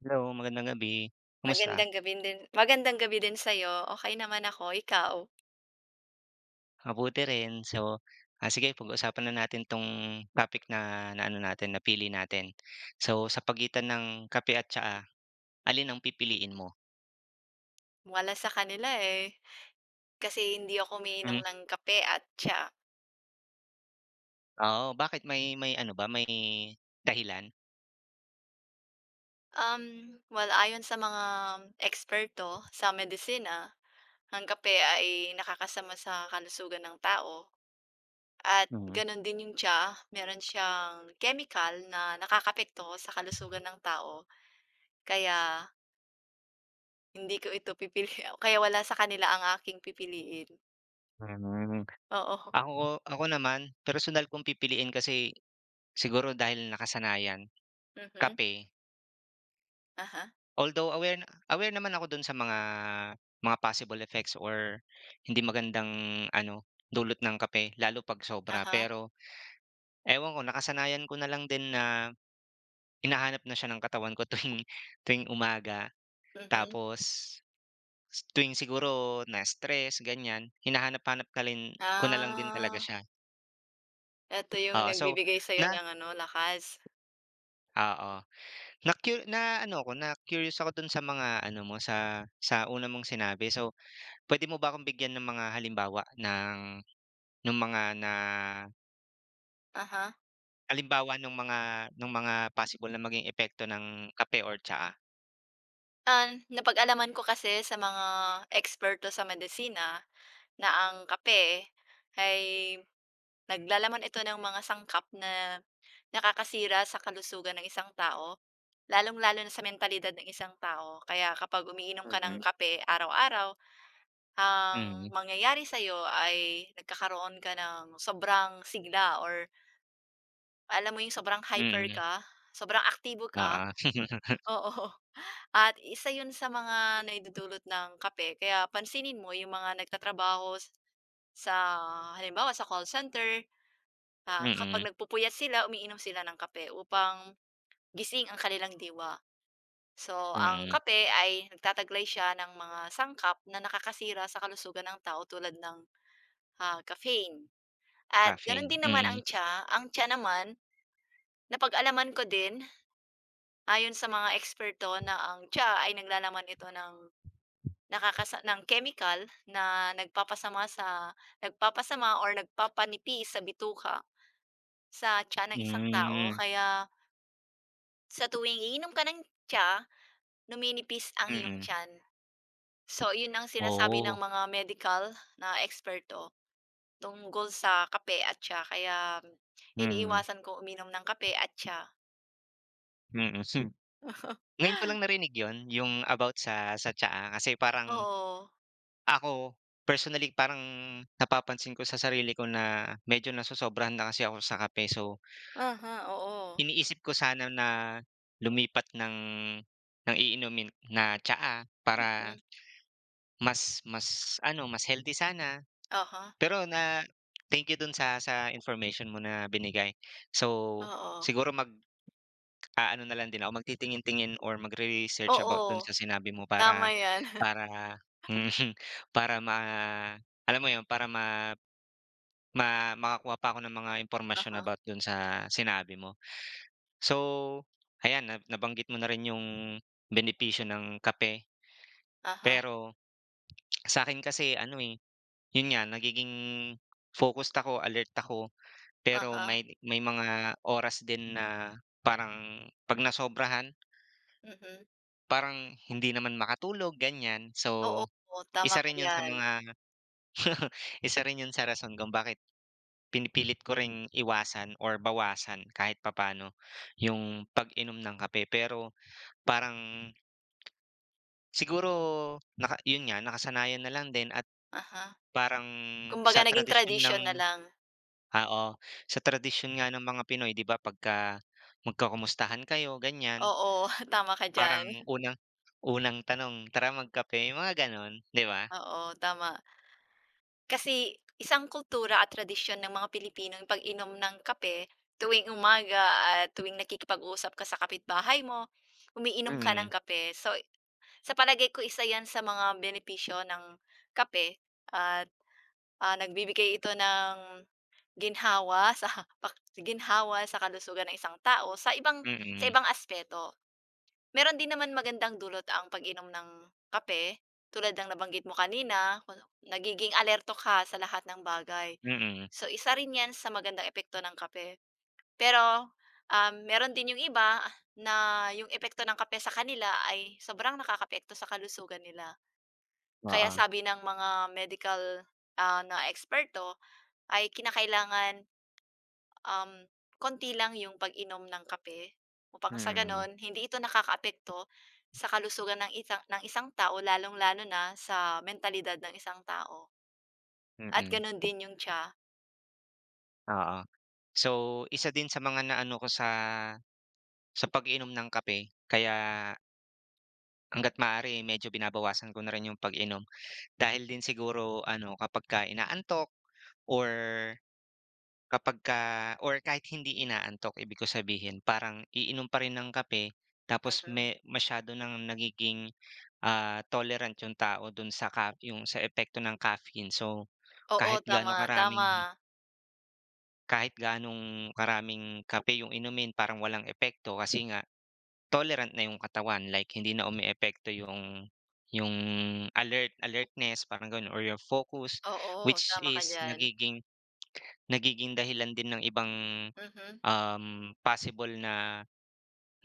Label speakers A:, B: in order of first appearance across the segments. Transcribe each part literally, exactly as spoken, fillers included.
A: Hello, magandang gabi. Kumusta?
B: Magandang gabi din magandang gabi din sa'yo. Okay naman ako, ikaw?
A: Mabuti rin. So, ah, sige, pag-usapan na natin 'tong topic na na ano natin, napili natin. So, sa pagitan ng kape at tsaa, alin ang pipiliin mo?
B: Wala sa kanila, eh, kasi hindi ako umiinom
A: Hmm,
B: ng kape at tsa.
A: oo, bakit may may ano ba, may dahilan?
B: Um, well, ayon sa mga eksperto sa medisina, ang kape ay nakakasama sa kalusugan ng tao, at
A: Mhm.
B: gano'n din yung tsa. Meron siyang chemical na nakakaapekto sa kalusugan ng tao, kaya hindi ko ito pipili kaya wala sa kanila ang aking pipiliin.
A: Hmm,
B: Oo.
A: ako ako naman, personal kong pipiliin, kasi siguro dahil nakasanayan,
B: Mhm.
A: kape.
B: Uh-huh.
A: Although aware na aware naman ako dun sa mga mga possible effects, or hindi magandang ano, dulot ng kape lalo 'pag sobra.
B: Uh-huh.
A: Pero ewan ko, nakasanayan ko na lang din na hinahanap na siya ng katawan ko tuwing tuwing umaga.
B: Mhm.
A: Tapos s- tuwing siguro na-stress ganyan, hinahanap-hanap na rin ko na lang din talaga
B: Ah,
A: siya.
B: eto yung
A: Oo, so
B: nagbibigay sa'yo
A: na
B: ng ano, lakas.
A: oo, na-cu na ano ako, na-curious ako dun sa mga ano mo, sa sa una mong sinabi. So. Puwede mo ba akong bigyan ng mga halimbawa ng nung mga na
B: Aha.
A: halimbawa nung mga nung mga possible na maging epekto ng kape or tsaa?
B: Ah, napag-alaman ko kasi sa mga eksperto sa medisina na ang kape ay naglalaman ito ng mga sangkap na nakakasira sa kalusugan ng isang tao, lalong-lalo na sa mentalidad ng isang tao. Kaya kapag umiinom ka ng
A: Mm,
B: kape araw-araw, ang
A: mm,
B: mangyayari sa'yo ay nagkakaroon ka ng sobrang sigla, or alam mo yung sobrang hyper
A: mm,
B: ka, sobrang aktibo ka,
A: oo.
B: oo. At isa yun sa mga naidudulot ng kape, kaya pansinin mo yung mga nagtatrabaho s sa, halimbawa, sa call center. Ah, kapag
A: Mm,
B: nagpupuyat sila, umiinom sila ng kape upang gising ang kanilang diwa. So, ang
A: mm,
B: kape ay nagtataglay siya ng mga sangkap na nakakasira sa kalusugan ng tao tulad ng, ah, caffeine. At ganun
A: caffeine,
B: din naman
A: mm,
B: ang tsa. Ang tsa naman, napag-alaman ko din ayon sa mga eksperto na ang tsa ay naglalaman ito ng nakakasa ng chemical na nagpapasama sa, nagpapasama or nagpapanipis sa bituka, sa tiyan ng isang tao,
A: hmm,
B: kaya sa tuwing iinom ka ng tsa, numinipis ang iyong
A: mm,
B: tiyan. So, yun ang sinasabi ng
A: oo,
B: mga medical na eksperto tungkol sa kape at tsa, kaya
A: mm,
B: iniiwasan kong uminom ng kape at tsa.
A: mm. Hmm. Ngayon ko lang narinig yon, yung about sa sa tsaa, kasi parang
B: Oo.
A: ako personally parang napapansin ko sa sarili ko na medyo nasosobrahan na kasi ako sa kape, so
B: Aha, huh, oo.
A: iniisip ko sana na lumipat ng ng iinumin na tsaa para
B: Mm,
A: mas mas ano, mas healthy sana.
B: uh
A: Pero na thank you dun sa sa information mo na binigay. So,
B: oo.
A: siguro mag-aano na lang din ako, magtitingin-tingin or magre-research about dun
B: Oo,
A: sa sinabi mo,
B: tama
A: para
B: 'yan.
A: para para ma alam mo yun, para ma ma makakuha pa ako ng mga impormasyon
B: Aha.
A: about dun sa sinabi mo. So, ayan na nabanggit mo na rin yung benepisyo ng kape.
B: Aha.
A: Pero sa akin kasi ano, eh, yun nga nagiging focused ako, alert ako, pero
B: Aha, huh.
A: may may mga oras din na parang 'pag nasobrahan
B: Mhm.
A: parang hindi naman makatulog ganyan.
B: Oo.
A: So,
B: Oo, tama
A: isa
B: ka
A: rin yun sa
B: diyan.
A: mga isa rin yun sa rason kung bakit pinipilit ko ring iwasan or bawasan kahit papaano yung pag-inom ng kape. Pero parang siguro, naka yun nga, nakasanayan na lang din, at
B: Uh-huh.
A: parang
B: Kumbaga,
A: sa
B: naging
A: tradisyon ng
B: tradisyon na lang.
A: ah, oo, sa tradisyon nga ng mga Pinoy, 'di ba, pagka magkakamustahan kayo ganyan,
B: Oo, tama ka diyan.
A: parang unang unang tanong, "Tara magkape," yung mga gano'n, 'di ba?
B: Oo, tama. Kasi isang kultura at tradisyon ng mga Pilipino yung pag-inom ng kape tuwing umaga, at tuwing nakikipag-usap ka sa kapitbahay mo, umiinom ka ng
A: Mm,
B: kape. So, sa palagay ko isa 'yan sa mga benepisyo ng kape, at, ah, nagbibigay ito ng ginhawa sa pak ginhawa sa kalusugan ng isang tao sa ibang, sa
A: mm,
B: ibang aspeto. Meron din naman magandang dulot ang pag-inom ng kape, tulad ng nabanggit mo kanina ku nagiging alerto ka sa lahat ng bagay.
A: mm,
B: So, isa rin 'yan sa magandang epekto ng kape. Pero, um, meron din yung iba na yung epekto ng kape sa kanila ay sobrang nakakaapekto sa kalusugan nila. Kaya
A: oo,
B: sabi ng mga medical, ah, na eksperto ay kinakailangan, Um, konti lang yung pag-inom ng kape upang sa
A: mm,
B: gano'n hindi ito nakakaapekto sa kalusugan ng isang, ng isang tao, lalong-lalo na sa mentalidad ng isang tao at
A: mm,
B: gano'n din yung tiya.
A: oo. So, isa din sa mga naano ko sa sa pag-inom ng kape, kaya hangga't maaari medyo binabawasan ko na rin yung pag-inom. Dahil din siguro ano, kapag ka inaantok, or kapag ka or kahit hindi inaantok, ibig ko sabihin parang iinom pa rin ng kape, tapos
B: Mm.
A: may masyado ng nagiging, ah, tolerant yung tao dun sa ca yung sa epekto ng caffeine. So,
B: Oo,
A: kahit gaano
B: tama,
A: karaming
B: tama.
A: kahit gaanong karaming kape yung inumin parang walang epekto, kasi nga tolerant na yung katawan, like hindi na umeepekto yung yung alert alertness, parang gano'n, or your focus,
B: Oo,
A: which
B: tama ka
A: is
B: diyan.
A: nagiging nagiging dahilan din ng ibang,
B: Mhm,
A: um, possible na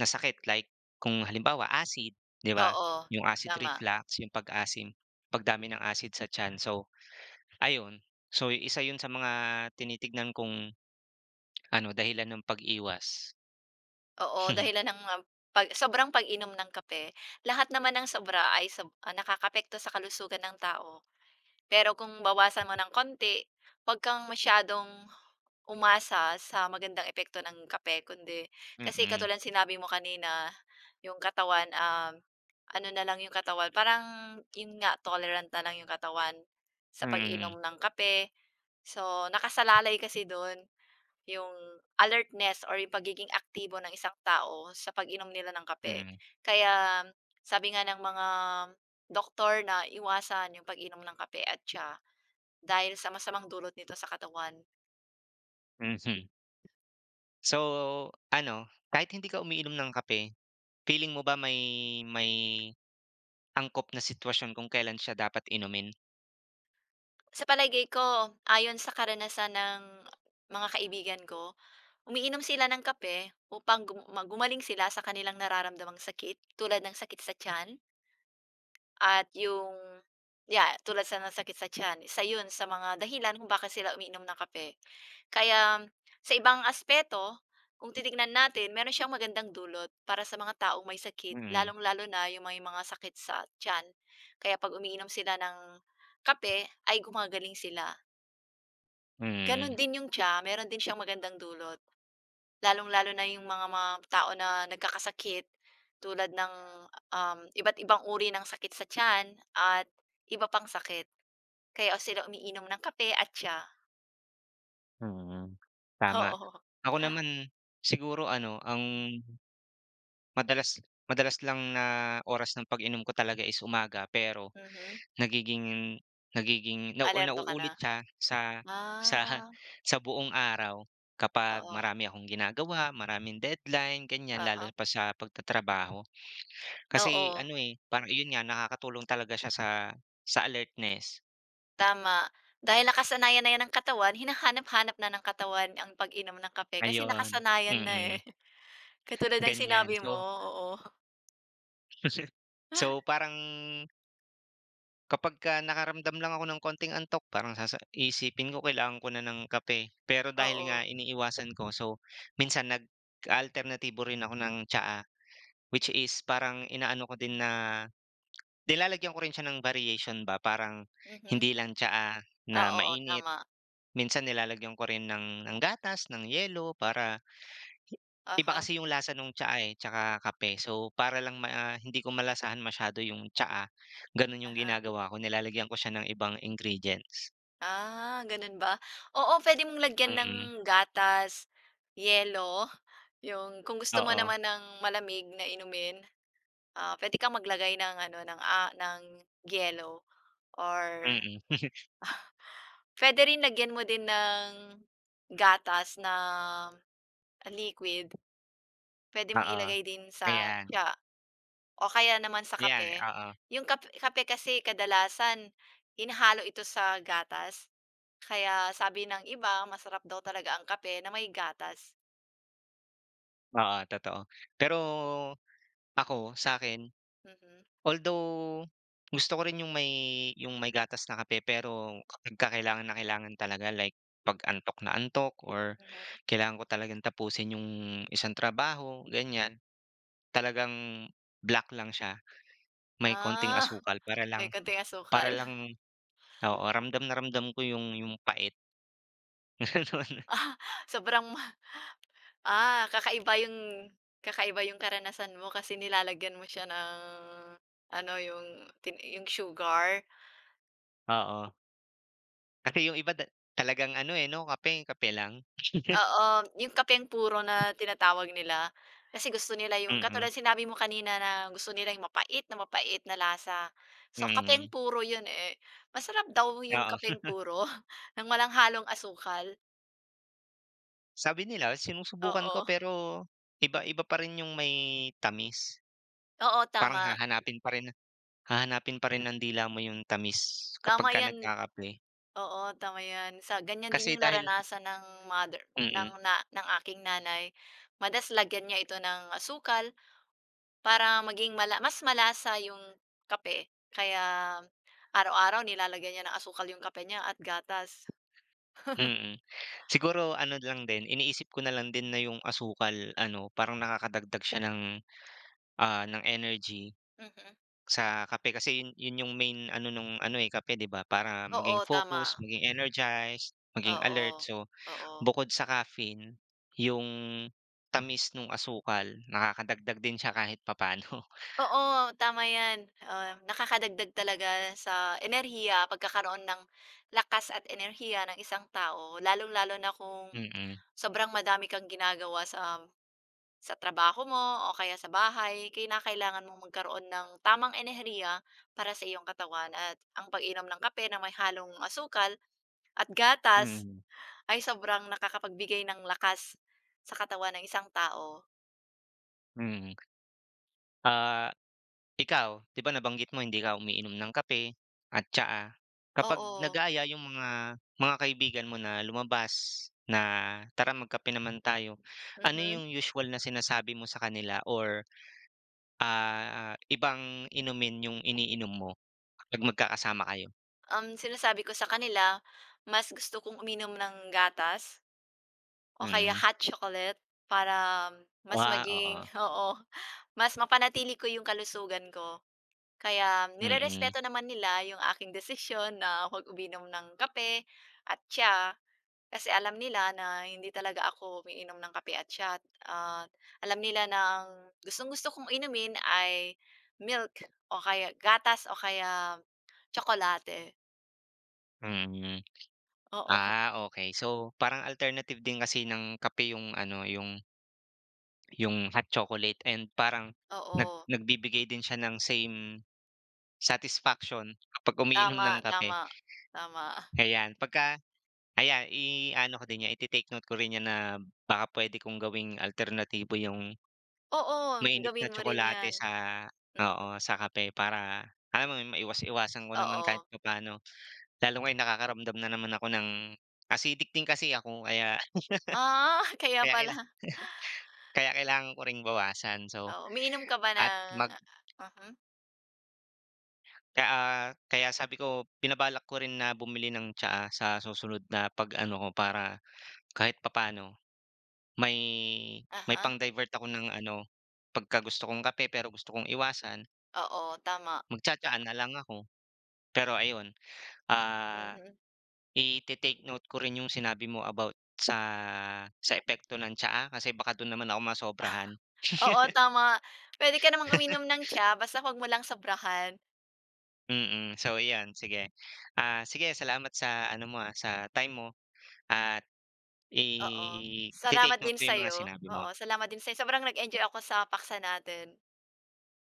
A: na sakit, like kung halimbawa acid, 'di ba?
B: oo,
A: Yung acid
B: tama.
A: reflux, yung pag-asim, pagdami ng acid sa tiyan. So ayun, so isa yun sa mga tinitignan kong ano, dahilan ng pag-iwas.
B: Oo, dahilan ng mga pag sobrang pag-inom ng kape, lahat naman ng sobra ay sob ah, nakakaapekto sa kalusugan ng tao. Pero kung bawasan mo ng konti, 'wag kang masyadong umasa sa magandang epekto ng kape kundi, kasi
A: Mm,
B: katulad sinabi mo kanina, yung katawan, um, ano na lang yung katawan, parang yun nga, tolerant na lang yung katawan sa
A: mm,
B: pag-inom ng kape. So, nakasalalay kasi dun yung alertness or yung pagiging aktibo ng isang tao sa pag-inom nila ng kape.
A: mm,
B: Kaya sabi nga ng mga doktor na iwasan yung pag-inom ng kape at tsa dahil sa masamang dulot nito sa katawan.
A: mm, mhm. So, ano, kahit hindi ka umiinom ng kape, feeling mo ba may may angkop na sitwasyon kung kailan siya dapat inumin?
B: Sa palagay ko, ayon sa karanasan ng mga kaibigan ko, umiinom sila ng kape upang gum ma gumaling sila sa kanilang nararamdamang sakit tulad ng sakit sa tiyan. At yung, yeah, tulad sa nasakit sa tiyan, isa yun sa mga dahilan kung bakit sila umiinom ng kape. Kaya sa ibang aspeto, kung titignan natin, meron siyang magandang dulot para sa mga taong may sakit,
A: Mm,
B: lalong-lalo na yung may mga sakit sa tiyan. Kaya 'pag umiinom sila ng kape ay gumagaling sila. Gano'n
A: mm,
B: din yung tsa, meron din siyang magandang dulot. Lalong-lalo na yung mga mga tao na nagkakasakit tulad ng, um, iba't ibang uri ng sakit sa tiyan at iba pang sakit. Kaya o sila umiinom ng kape at tsa.
A: mm, tama.
B: Oo.
A: Ako naman, siguro ano, ang madalas madalas lang na oras ng pag-inom ko talaga is umaga, pero
B: Mhm.
A: nagiging nagiging na nau
B: Alerto ka na?
A: nauulit siya sa sa
B: Ah,
A: sa buong araw kapag
B: oo.
A: marami akong ginagawa, maraming deadline, ganyan, lalo
B: uh
A: pa sa pagtatrabaho. Kasi
B: Oo,
A: ano, eh, parang iyon nga nakakatulong talaga siya sa sa alertness,
B: tama. Dahil nakasanayan na 'yan ng katawan, hinahanap-hanap na ng katawan ang pag-inom ng kape kasi
A: ayun,
B: nakasanayan na, eh.
A: mm,
B: Katulad ng
A: ganyan.
B: sinabi mo,
A: So
B: oo.
A: so parang kapag kapagka nakaramdam lang ako ng konting antok, parang sasa iisipin ko kailangan ko na ng kape. Pero dahil
B: Oo.
A: nga iniiwasan ko, so minsan nag-alternatibo rin ako ng tsaa, which is parang inaano ko din na nilalagyan ko rin siya ng variation ba, parang
B: Mhm.
A: hindi lang tsaa na
B: Oo,
A: mainit.
B: tama.
A: Minsan nilalagyan ko rin ng ng gatas, ng yelo, para iba
B: Aha.
A: kasi yung lasa nung tsaa, eh, tsaka kape. So, para lang ma ah, hindi ko malasahan masyado yung tsaa, gano'n yung
B: Aha.
A: ginagawa ko, nilalagyan ko siya ng ibang ingredients.
B: Ah, gano'n ba? Oo, pwede mong lagyan ng
A: Mm,
B: gatas, yelo, 'yung kung gusto mo
A: oo,
B: naman ng malamig na inumin, ah, puwede kang maglagay ng ano, ng, ah, ng yelo, or
A: mm,
B: pwede rin lagyan mo din ng gatas na liquid. Puwede mong
A: oo,
B: ilagay din sa
A: ayan,
B: tsa o kaya naman sa
A: ayan,
B: kape.
A: oo,
B: Yung kap kape kasi kadalasan hinahalo ito sa gatas. Kaya sabi ng iba masarap daw talaga ang kape na may gatas.
A: oo, totoo. Pero ako, sa'kin,
B: Mhm,
A: although gusto ko rin yung may yung may gatas na kape, pero kapagka kailangan na kailangan talaga, like 'pag antok na antok, or
B: mhm.
A: kailangan ko talagang tapusin yung isang trabaho, ganiyan, talagang black lang siya, may konting
B: Ah,
A: asukal, para
B: may
A: lang
B: konting
A: para
B: asukal.
A: lang oo, ramdam na ramdam ko yung yung pait, gano'n.
B: Ah, sobrang ma ah, kakaiba yung, kakaiba yung karanasan mo kasi nilalagyan mo siya ng ano, yung tin yung sugar.
A: Oo, kasi yung iba da talagang ano, eh, 'no, kape, kape lang.
B: Oo, yung kapeng puro na tinatawag nila. Kasi gusto nila yung katulad
A: Mm,
B: sinabi mo kanina, na gusto nila yung mapait na mapait na lasa. So, kapeng
A: mm,
B: puro yun, eh. Masarap daw yung
A: oo.
B: kapeng puro ng walang halong asukal.
A: Sabi nila sinusubukan ko,
B: Oo.
A: pero iba iba pa rin yung may tamis.
B: Oo,
A: Parang
B: tama.
A: hahanapin pa rin hahanapin pa rin ng dila mo yung tamis
B: Tama
A: kapagka
B: yan.
A: nagkakape.
B: Oo, tama yan. Sa ganyan din
A: Kasi
B: yung
A: dahil,
B: naranasan ng mother, ng
A: mm.
B: na ng aking nanay. Madas lagyan niya ito ng asukal para maging mala mas malasa yung kape, kaya araw-araw nilalagyan niya ng asukal yung kape niya at gatas.
A: Mm. Siguro ano lang din, iniisip ko na lang din na yung asukal ano, parang nakakadagdag siya ng, ah, ng energy
B: Mhm.
A: sa kape, kasi yun yun yung main ano nung ano, eh, kape, 'di ba? Para
B: Oo,
A: maging
B: tama.
A: focus, maging energized, maging
B: Oo,
A: alert. So,
B: oo.
A: bukod sa caffeine, yung tamis nung asukal nakakadagdag din siya kahit papaano.
B: Oo, tama yan. Ah, nakakadagdag talaga sa enerhiya, pagkakaroon ng lakas at enerhiya ng isang tao, lalong-lalo na kung sobrang madami kang ginagawa sa um, sa trabaho mo o kaya sa bahay. Kinakailangan mong magkaroon ng tamang enerhiya para sa iyong katawan, at ang pag-inom ng kape na may halong asukal at
A: Mm,
B: gatas
A: mm,
B: ay sobrang nakakapagbigay ng lakas sa katawan ng isang tao.
A: mm. Ah Ikaw, 'di ba nabanggit mo hindi ka umiinom ng kape at tsaa. Kapag
B: Oo,
A: nag-aaya yung mga mga kaibigan mo na lumabas na, "Tara magkape naman tayo." Ano
B: mhm.
A: yung usual na sinasabi mo sa kanila, or ah, ibang inumin yung iniinom mo kapag magkakasama kayo?
B: Um, sinasabi ko sa kanila, mas gusto kong uminom ng gatas o kaya
A: Mm.
B: hot chocolate para mas
A: Ah,
B: maging
A: oo.
B: oo, mas mapanatili ko yung kalusugan ko. Kaya
A: Mm,
B: nirerespeto naman nila yung aking desisyon na huwag uminom ng kape at tsa. Kasi alam nila na hindi talaga ako umiinom ng kape at tsa, at alam nila na ang gustong-gusto kong inumin ay milk o kaya gatas o kaya tsokolate.
A: mm.
B: Oo,
A: Ah, okey. So, parang alternative din kasi ng kape yung ano, yung yung hot chocolate, and parang nag
B: oo.
A: nagbibigay din siya ng same satisfaction kapag umiinom
B: Tama,
A: ng kape,
B: tama, tama.
A: ayan. Pagka ayan, i-aano ko din 'yan, ite-take note ko rin 'yan na baka puwede kong gawing alternatibo yung
B: Oo,
A: mainit na
B: gawin mo rin
A: tsokolate
B: 'yan.
A: sa,
B: Mhm,
A: oo, sa kape, para alam mo yun, maiwas-iwasan ko naman
B: oo.
A: kahit pa paano, lalo ngayon nakakaramdam na naman ako ng acidic din kasi ako, kaya
B: Ah, kaya
A: kaya
B: pala.
A: kaila kaya kailangan ko ring bawasan. So,
B: Oo, umiinom ka ba ng
A: at mag
B: mhm,
A: ka ah, kaya sabi ko pinabalak ko rin na bumili ng tsaa sa susunod na pag-ano ko, para kahit papaano, May may
B: aha.
A: pang-divert ako ng ano, pagka gusto kong kape pero gusto kong iwasan,
B: Oo, tama. Pa,
A: magtsa-tsaa na lang ako. Pero ayun, ah,
B: mhm.
A: ite-take note ko rin yung sinabi mo about sa sa epekto ng tsaa, kasi baka dun naman ako masobrahan.
B: Oo, tama. Pwede ka namang uminom ng tsa basta huwag mo lang sobrahan.
A: Mm, so iyan, sige. Ah, sige, salamat sa ano mo, ah, sa time mo, at
B: Oo. Salamat
A: ite-take note
B: din
A: ko yung mga
B: sa'yo.
A: sinabi
B: Oo,
A: mo.
B: salamat din sa'yo. Sobrang nag-enjoy ako sa paksa natin.